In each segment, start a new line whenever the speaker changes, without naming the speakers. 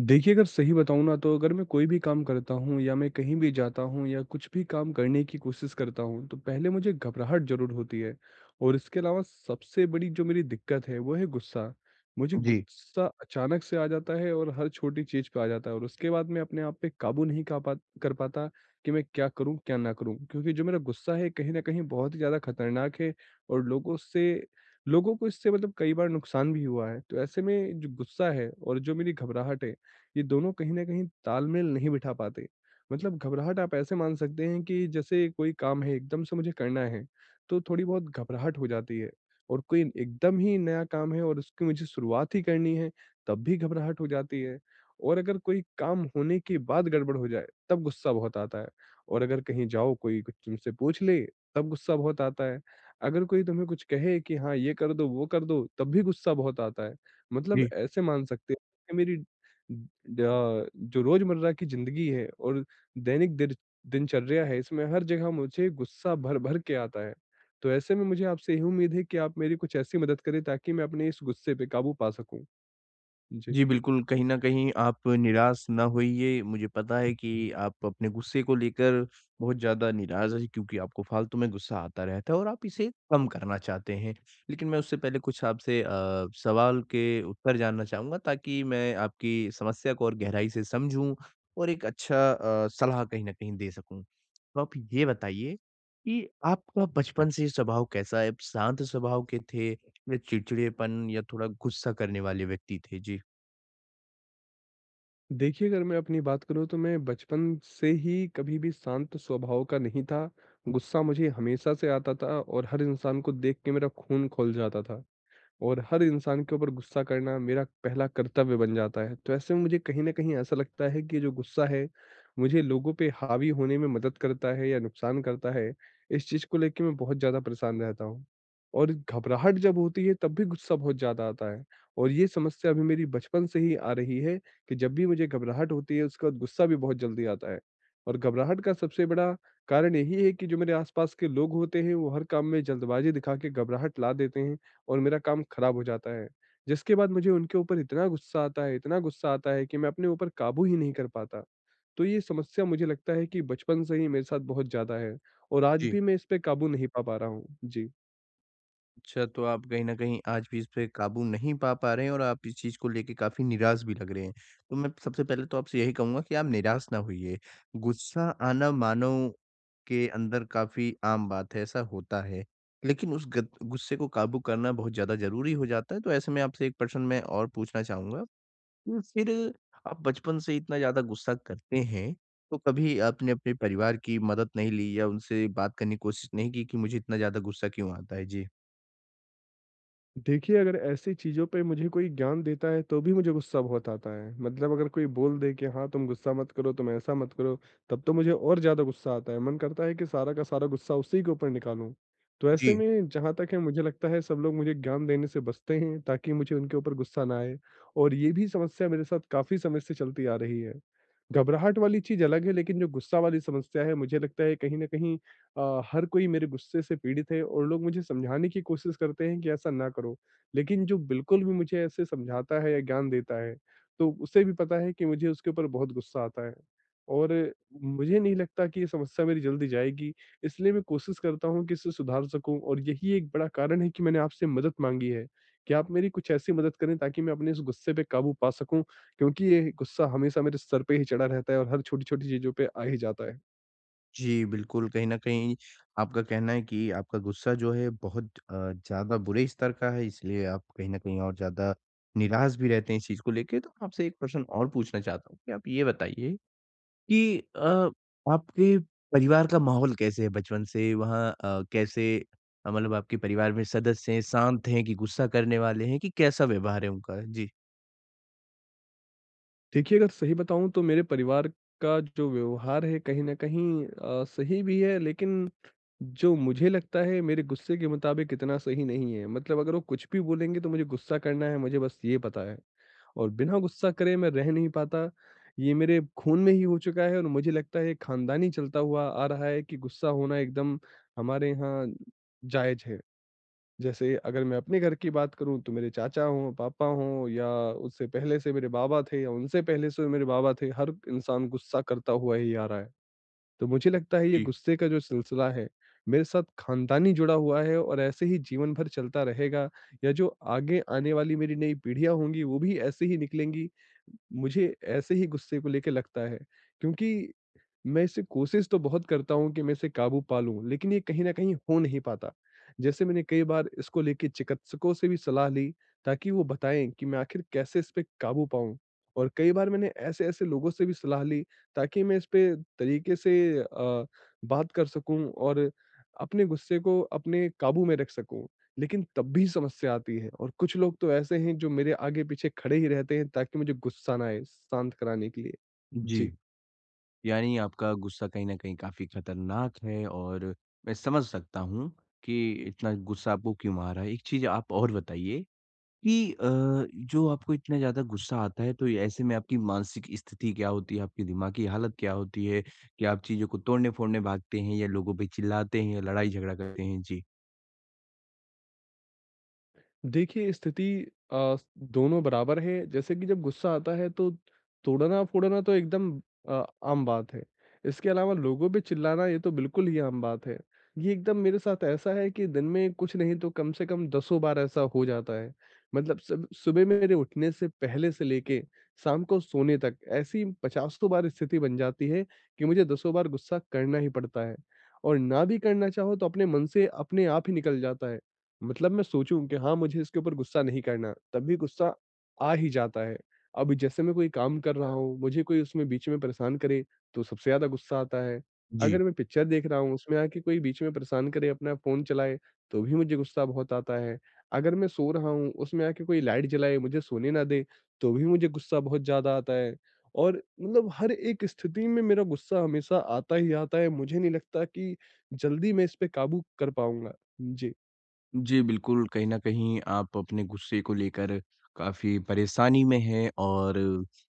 देखिए, अगर सही बताऊँ ना तो अगर मैं कोई भी काम करता हूँ या मैं कहीं भी जाता हूँ या कुछ भी काम करने की कोशिश करता हूँ, तो पहले मुझे घबराहट ज़रूर होती है और इसके अलावा सबसे बड़ी जो मेरी दिक्कत है वो है गुस्सा। मुझे
जी,
गुस्सा अचानक से आ जाता है और हर छोटी चीज़ पे आ जाता है और उसके बाद मैं अपने आप पे काबू नहीं का पा कर पाता कि मैं क्या करूँ, क्या ना करूँ? क्योंकि जो मेरा गुस्सा है कहीं न कहीं बहुत ही ज़्यादा खतरनाक है और लोगों को इससे मतलब कई बार नुकसान भी हुआ है। तो ऐसे में जो गुस्सा है और जो मेरी घबराहट है, ये दोनों कहीं न कहीं तालमेल नहीं बिठा पाते। मतलब घबराहट आप ऐसे मान सकते हैं कि जैसे कोई काम है एकदम से मुझे करना है, तो थोड़ी बहुत घबराहट हो जाती है और कोई एकदम ही नया काम है और उसकी मुझे शुरुआत ही करनी है, तब भी घबराहट हो जाती है और अगर कोई काम होने के बाद गड़बड़ हो जाए, तब गुस्सा बहुत आता है और अगर कहीं जाओ कोई कुछ तुमसे पूछ ले, तब गुस्सा बहुत आता है। अगर कोई तुम्हें कुछ कहे कि हाँ, ये कर दो, वो कर दो, तब भी गुस्सा बहुत आता है। मतलब
जी।
ऐसे मान सकते हैं कि मेरी ड जो रोज़मर्रा की ज़िंदगी है और दैनिक दिर दिनचर्या है, इसमें हर जगह मुझे गुस्सा भर-भर के आता है। तो ऐसे में मुझे आपसे यही उम्मीद है कि आप मेरी कुछ ऐसी मदद करें ताकि मैं अपने इस गुस्से पे काबू पा सकूँ। जी।
जी, बिल्कुल, कहीं न कहीं आप निराश ना होइए। मुझे पता है कि आप अपने गुस्से को लेकर बहुत ज़्यादा निराश हैं क्योंकि आपको फालतू में गुस्सा आता रहता है और आप इसे कम करना चाहते हैं। लेकिन मैं उससे पहले कुछ आपसे सवाल के उत्तर जानना चाहूँगा ताकि मैं आपकी समस्या को और गहराई से समझूँ और एक अच्छा सलाह कहीं न कहीं दे सकूँ। तो आप ये बताइए कि आपका बचपन से स्वभाव कैसा है? आप शांत स्वभाव के थे या चिड़चिड़ेपन या थोड़ा गुस्सा करने वाले व्यक्ति थे? जी।
देखिए, अगर मैं अपनी बात करूँ तो मैं बचपन से ही कभी भी शांत स्वभाव का नहीं था। गुस्सा मुझे हमेशा से आता था और हर इंसान को देख के मेरा खून खौल जाता था। और हर इंसान के ऊपर गुस्सा करना मेरा पहला कर्तव्य बन जाता है। तो ऐसे में मुझे कहीं न कहीं ऐसा लगता है कि जो गुस्सा है, मुझे लोगों पे हावी होने में मदद करता है या नुकसान करता है, इस चीज़ को लेके मैं बहुत ज़्यादा परेशान रहता हूँ। और घबराहट जब होती है तब भी गुस्सा बहुत ज़्यादा आता है और ये समस्या अभी मेरी बचपन से ही आ रही है कि जब भी मुझे घबराहट होती है उसके बाद गुस्सा भी बहुत जल्दी आता है। और घबराहट का सबसे बड़ा कारण यही है कि जो मेरे आस-पास के लोग होते हैं, वो हर काम में जल्दबाज़ी दिखा के घबराहट ला देते हैं। और मेरा काम खराब हो जाता है। जिसके बाद मुझे उनके ऊपर इतना गुस्सा आता है, इतना गुस्सा आता है कि मैं अपने ऊपर काबू ही नहीं कर पाता। तो ये समस्या मुझे लगता है कि बचपन से ही मेरे साथ बहुत ज़्यादा है और आज
जी।
भी मैं इस पे काबू नहीं पा पा रहा हूँ। जी।
अच्छा, तो आप कहीं न कहीं आज भी इस पे काबू नहीं पा पा रहे हैं और आप इस चीज़ को लेके काफ़ी निराश भी लग रहे हैं। तो मैं सबसे पहले तो आपसे यही कहूँगा कि आप निराश ना होइए। गुस्सा आना मानव के अंदर काफ़ी आम बात है, ऐसा होता है। लेकिन उस गत गुस्से को काबू करना बहुत ज़्यादा ज़रूरी हो जाता है। तो ऐसे में आपसे एक प्रश्न मैं और पूछना चाहूँगा। तो फिर आप बचपन से इतना ज़्यादा गुस्सा करते हैं, तो कभी आपने अपने परिवार की मदद नहीं ली या उनसे बात करने की कोशिश नहीं की कि मुझे इतना ज़्यादा गुस्सा क्यों आता है? जी।
देखिए, अगर ऐसी चीज़ों पे मुझे कोई ज्ञान देता है, तो भी मुझे गुस्सा बहुत आता है। मतलब अगर कोई बोल दे कि हाँ, तुम गुस्सा मत करो, तुम ऐसा मत करो, तब तो मुझे और ज़्यादा गुस्सा आता है। मन करता है कि सारा का सारा गुस्सा उसी के ऊपर निकालूँ। तो
जी।
ऐसे में जहाँ तक है मुझे लगता है सब लोग मुझे ज्ञान देने से बचते हैं, ताकि मुझे उनके ऊपर गुस्सा ना आए। और ये भी समस्या मेरे साथ काफ़ी समय से चलती आ रही है। घबराहट वाली चीज़ अलग है, लेकिन जो गुस्सा वाली समस्या है, मुझे लगता है कहीं न कहीं हर कोई मेरे गुस्से से पीड़ित है और लोग मुझे समझाने की कोशिश करते हैं कि ऐसा ना करो। लेकिन जो बिल्कुल भी मुझे ऐसे समझाता है या ज्ञान देता है, तो उसे भी पता है कि मुझे उसके ऊपर बहुत गुस्सा आता है। और मुझे नहीं लगता कि ये समस्या मेरी जल्दी जाएगी, इसलिए मैं कोशिश करता हूँ कि इसे सुधार सकूँ और यही एक बड़ा कारण है कि मैंने आपसे मदद माँगी है, कि आप मेरी कुछ ऐसी मदद करें ताकि मैं अपने इस गुस्से पे काबू पा सकूँ, क्योंकि ये गुस्सा हमेशा मेरे सर पे ही चढ़ा रहता है और हर छोटी-छोटी चीज़ों पे आ ही जाता है।
जी, बिल्कुल, कहीं न कहीं आपका कहना है कि आपका गुस्सा जो है बहुत ज़्यादा बुरे स्तर का है, इसलिए आप कहीं न कहीं और ज़्यादा निराश भी रहते हैं इस चीज़ को लेके। तो आपसे एक प्रश्न और पूछना चाहता हूँ कि आप ये बताइए कि आपके परिवार का माहौल कैसे है बचपन से? वहाँ कैसे मतलब आपके परिवार में सदस्य हैं, शांत हैं कि गुस्सा करने वाले हैं कि कैसा व्यवहार है उनका? जी।
देखिए, अगर सही बताऊँ तो मेरे परिवार का जो व्यवहार है कहीं न कहीं सही भी है, लेकिन जो मुझे लगता है मेरे गुस्से के मुताबिक इतना सही नहीं है। मतलब अगर वो कुछ भी बोलेंगे तो मुझे गुस्सा करना है, मुझे बस ये पता है। और बिना गुस्सा करे मैं रह नहीं पाता, ये मेरे खून में ही हो चुका है और मुझे लगता है ये ख़ानदानी चलता हुआ आ रहा है कि गुस्सा होना एकदम हमारे यहाँ जायज़ है। जैसे अगर मैं अपने घर की बात करूँ तो मेरे चाचा हों, पापा हों या उससे पहले से मेरे बाबा थे या उनसे पहले से मेरे बाबा थे, हर इंसान गुस्सा करता हुआ ही आ रहा है। तो मुझे लगता है ये
जी,
गुस्से का जो सिलसिला है, मेरे साथ ख़ानदानी जुड़ा हुआ है और ऐसे ही जीवन भर चलता रहेगा या जो आगे आने वाली मेरी नई पीढ़ियाँ होंगी वो भी ऐसे ही निकलेंगी। मुझे ऐसे ही गुस्से को लेके लगता है, क्योंकि मैं इसे कोशिश तो बहुत करता हूँ कि मैं इसे काबू पा लूँ, लेकिन ये कहीं न कहीं हो नहीं पाता। जैसे मैंने कई बार इसको लेके चिकित्सकों से भी सलाह ली, ताकि वो बताएँ कि मैं आखिर कैसे इस पे काबू पाऊँ। और कई बार मैंने ऐसे-ऐसे लोगों से भी सलाह ली, ताकि मैं इस पे तरीके से अ, बात कर सकूँ और अपने गुस्से को अपने काबू में रख सकूँ। लेकिन तब भी समस्या आती है और कुछ लोग तो ऐसे हैं जो मेरे आगे-पीछे खड़े ही रहते हैं ताकि मुझे गुस्सा ना आए, शांत कराने के लिए।
जी।
जी।
यानी आपका गुस्सा कहीं न कहीं काफ़ी खतरनाक है और मैं समझ सकता हूँ कि इतना गुस्सा आपको क्यों आ रहा है। एक चीज़ आप और बताइए कि जो आपको इतना ज़्यादा गुस्सा आता है, तो ये ऐसे में आपकी मानसिक स्थिति क्या होती है? आपकी दिमागी हालत क्या होती है? कि आप चीज़ों को तोड़ने-फोड़ने भागते हैं या लोगों पे चिल्लाते हैं या लड़ाई-झगड़ा करते हैं? जी।
देखिए, स्थिति दोनों बराबर है। जैसे कि जब गुस्सा आता है तो तोड़ना-फोड़ना तो एकदम आम बात है। इसके अलावा लोगों पे चिल्लाना ये तो बिल्कुल ही आम बात है। ये एकदम मेरे साथ ऐसा है कि दिन में कुछ नहीं तो कम से कम दसों बार ऐसा हो जाता है। मतलब सब सुबह मेरे उठने से पहले से लेके शाम को सोने तक ऐसी पचासों बार स्थिति बन जाती है कि मुझे दसों बार गुस्सा करना ही पड़ता है। और ना भी करना चाहो तो अपने मन से अपने आप ही निकल जाता है। मतलब मैं सोचूँ कि हाँ, मुझे इसके ऊपर गुस्सा नहीं करना, तब भी गुस्सा आ ही जाता है। अब जैसे मैं कोई काम कर रहा हूँ, मुझे कोई उसमें बीच में परेशान करे, तो सबसे ज़्यादा गुस्सा आता है।
जी।
अगर मैं पिक्चर देख रहा हूँ, उसमें आके कोई बीच में परेशान करे, अपना फ़ोन चलाए, तो भी मुझे गुस्सा बहुत आता है। अगर मैं सो रहा हूँ, उसमें आके कोई लाइट जलाए, मुझे सोने ना दे, तो भी मुझे गुस्सा बहुत ज़्यादा आता है। और मतलब हर एक स्थिति में मेरा गुस्सा हमेशा आता ही आता है, मुझे नहीं लगता कि जल्दी मैं इस पे काबू कर पाऊँगा। जी।
जी, बिल्कुल, कहीं न कहीं आप अपने गुस्से को लेकर काफ़ी परेशानी में हैं और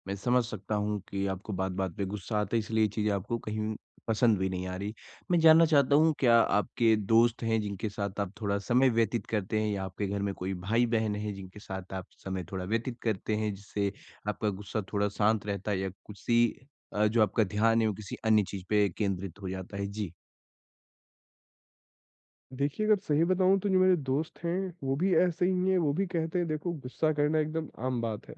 मैं समझ सकता हूँ कि आपको बात-बात पे गुस्सा आता है, इसलिए ये चीज़ें आपको कहीं पसंद भी नहीं आ रही। मैं जानना चाहता हूँ, क्या आपके दोस्त हैं जिनके साथ आप थोड़ा समय व्यतीत करते हैं या आपके घर में कोई भाई-बहन हैं जिनके साथ आप समय थोड़ा व्यतीत करते हैं, जिससे आपका गुस्सा थोड़ा शांत रहता है या किसी जो आपका ध्यान है, वो किसी अन्य चीज़ पे केंद्रित हो जाता है? जी।
देखिए, अगर सही बताऊँ तो जो मेरे दोस्त हैं, वो भी ऐसे ही हैं, वो भी कहते हैं देखो गुस्सा करना एकदम आम बात है।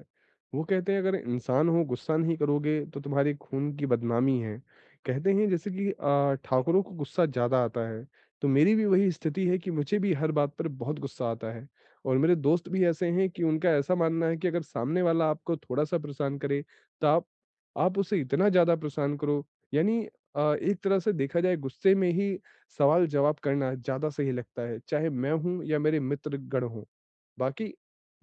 वो कहते हैं अगर इंसान हो गुस्सा नहीं करोगे तो तुम्हारे खून की बदनामी है। कहते हैं जैसे कि ठाकुरों को गुस्सा ज़्यादा आता है, तो मेरी भी वही स्थिति है कि मुझे भी हर बात पर बहुत गुस्सा आता है। और मेरे दोस्त भी ऐसे हैं कि उनका ऐसा मानना है कि अगर सामने वाला आपको थोड़ा-सा परेशान करे, तो आप उसे इतना ज़्यादा परेशान करो, यानी एक तरह से देखा जाए गुस्से में ही सवाल जवाब करना ज़्यादा सही लगता है, चाहे मैं हूँ या मेरे मित्रगण हों। बाकी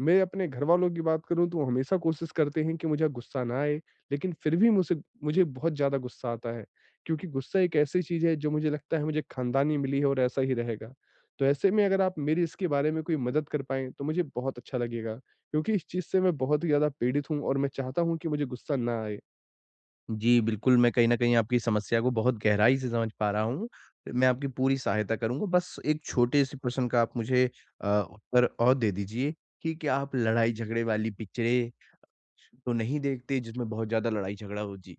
मैं अपने घरवालों की बात करूँ तो वो हमेशा कोशिश करते हैं कि मुझे गुस्सा ना आए, लेकिन फिर भी मुझसे मुझे बहुत ज़्यादा गुस्सा आता है, क्योंकि गुस्सा एक ऐसी चीज़ है जो मुझे लगता है मुझे ख़ानदानी मिली है और ऐसा ही रहेगा। तो ऐसे में अगर आप मेरी इसके बारे में कोई मदद कर पाएँ तो मुझे बहुत अच्छा लगेगा, क्योंकि इस चीज़ से मैं बहुत ही ज़्यादा पीड़ित हूँ और मैं चाहता हूँ कि मुझे गुस्सा ना आए।
जी, बिल्कुल, मैं कहीं न कहीं आपकी समस्या को बहुत गहराई से समझ पा रहा हूँ। मैं आपकी पूरी सहायता करूँगा, बस एक छोटे-से प्रश्न का आप मुझे उत्तर और दे दीजिए कि क्या आप लड़ाई-झगड़े वाली पिक्चरें तो नहीं देखते, जिसमें बहुत ज़्यादा लड़ाई-झगड़ा हो? जी।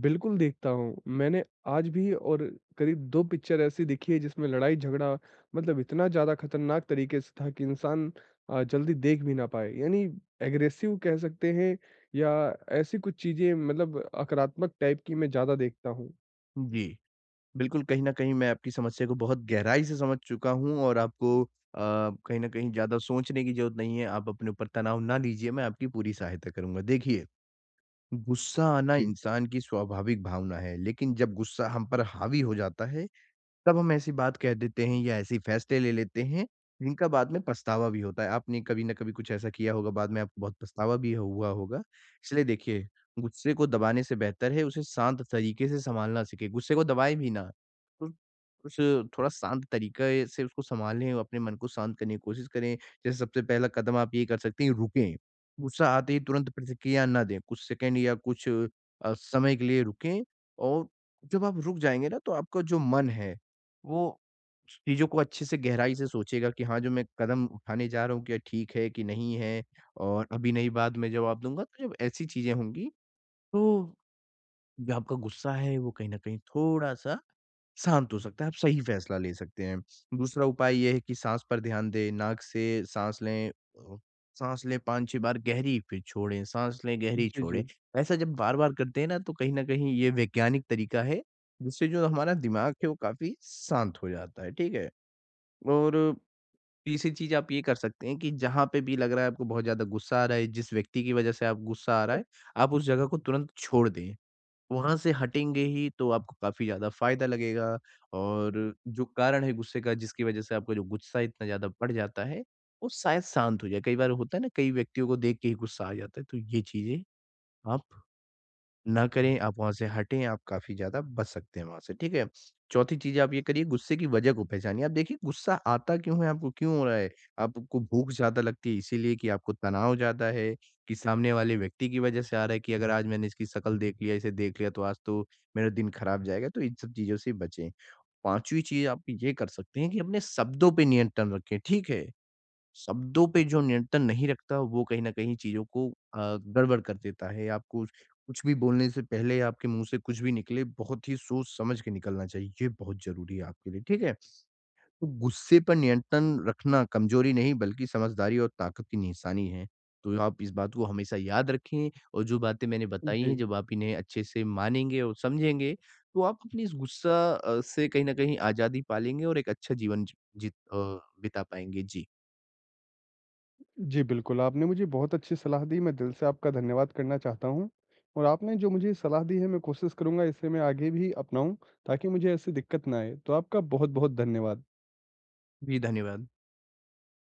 बिल्कुल देखता हूँ। मैंने आज भी और करीब 2 पिक्चर ऐसी देखी है, जिसमें लड़ाई-झगड़ा मतलब इतना ज़्यादा खतरनाक तरीके से था कि इंसान जल्दी देख भी ना पाए। यानी एग्रेसिव कह सकते हैं या ऐसी कुछ चीज़ें, मतलब आक्रामक टाइप की मैं ज़्यादा देखता हूँ।
जी, बिल्कुल, कहीं न कहीं मैं आपकी समस्या को बहुत गहराई से समझ चुका हूँ और आपको कहीं न कहीं ज़्यादा सोचने की ज़रूरत नहीं है। आप अपने ऊपर तनाव ना लीजिए, मैं आपकी पूरी सहायता करूँगा। देखिए, गुस्सा आना
जी।
इंसान की स्वाभाविक भावना है, लेकिन जब गुस्सा हम पर हावी हो जाता है, तब हम ऐसी बात कह देते हैं या ऐसे फैसले ले लेते हैं, जिनका बाद में पछतावा भी होता है। आपने कभी ना कभी कुछ ऐसा किया होगा, बाद में आपको बहुत पछतावा भी हुआ होगा। इसलिए देखिए, गुस्से को दबाने से बेहतर है उसे शांत तरीके से सँभालना सीखें। गुस्से को दबाएँ भी ना, तो कुछ थोड़ा शांत तरीके से उसको सँभालें और अपने मन को शांत करने की कोशिश करें। जैसे सबसे पहला कदम आप ये कर सकते हैं, रुकें। गुस्सा आते ही तुरंत प्रतिक्रिया ना दें, कुछ सेकंड या कुछ समय के लिए रुकें और जब आप रुक जाएँगे ना, तो आपका जो मन है वो चीज़ों को अच्छे से गहराई से सोचेगा कि हाँ, जो मैं कदम उठाने जा रहा हूँ क्या ठीक है कि नहीं है और अभी नहीं बाद में जवाब दूँगा। तो जब ऐसी चीज़ें होंगी तो जो आपका गुस्सा है वो कहीं न कहीं थोड़ा-सा शांत हो सकता है, आप सही फ़ैसला ले सकते हैं। दूसरा उपाय ये है कि साँस पर ध्यान दें, नाक से साँस लें साँस लें 5-6 बार गहरी फिर छोड़ें, साँस लें गहरी
जी, जी।
छोड़ें। ऐसा जब बार-बार करते हैं ना तो कहीं न कहीं ये वैज्ञानिक तरीका है, जिससे जो हमारा दिमाग है वो काफ़ी शांत हो जाता है, ठीक है? और तीसरी चीज़ आप ये कर सकते हैं कि जहाँ पे भी लग रहा है आपको बहुत ज़्यादा गुस्सा आ रहा है, जिस व्यक्ति की वज़ह से आप गुस्सा आ रहा है, आप उस जगह को तुरंत छोड़ दें। वहाँ से हटेंगे ही तो आपको काफ़ी ज़्यादा फ़ायदा लगेगा और जो कारण है गुस्से का जिसकी वज़ह से आपका जो गुस्सा इतना ज़्यादा बढ़ जाता है, वो शायद शांत हो जाए। कई बार होता है ना, कई व्यक्तियों को देख के ही गुस्सा आ जाता है, तो ये चीज़ें आप ना करें, आप वहाँ से हटें, आप काफ़ी ज़्यादा बच सकते हैं वहाँ से, ठीक है? चौथी चीज़ आप ये करिए, गुस्से की वजह को पहचानिए। आप देखिए गुस्सा आता क्यों है, आपको क्यों हो रहा है? आपको भूख ज़्यादा लगती है इसीलिए कि आपको तनाव ज़्यादा है, कि सामने वाले व्यक्ति की वजह से आ रहा है कि अगर आज मैंने इसकी शक्ल देख लिया, इसे देख लिया तो आज तो मेरा दिन खराब जाएगा, तो इन सब चीज़ों से बचें। पाँचवीं चीज़ आप ये कर सकते हैं कि अपने शब्दों पे नियंत्रण रखें, ठीक है? शब्दों पे जो नियंत्रण नहीं रखता, वो कहीं न कहीं चीज़ों को गड़बड़ कर देता है। आपको कुछ भी बोलने से पहले आपके मुँह से कुछ भी निकले, बहुत ही सोच-समझ के निकलना चाहिए। ये बहुत ज़रूरी है आपके लिए, ठीक है? तो गुस्से पर नियंत्रण रखना कमज़ोरी नहीं, बल्कि समझदारी और ताकत की निशानी है। तो आप इस बात को हमेशा याद रखें और जो बातें मैंने बताई हैं,
जी।
जब आप इन्हें अच्छे से मानेंगे और समझेंगे, तो आप अपनी इस गुस्सा से कहीं न कहीं आज़ादी पा लेंगे और एक अच्छा जीवन जीत अ, बिता पाएँगे। जी।
जी, बिल्कुल, आपने मुझे बहुत अच्छी सलाह दी, मैं दिल से आपका धन्यवाद करना चाहता हूँ। और आपने जो मुझे सलाह दी है मैं कोशिश करूँगा इसे मैं आगे भी अपनाऊँ ताकि मुझे ऐसी दिक्कत ना आए। तो आपका बहुत-बहुत धन्यवाद।
जी, धन्यवाद।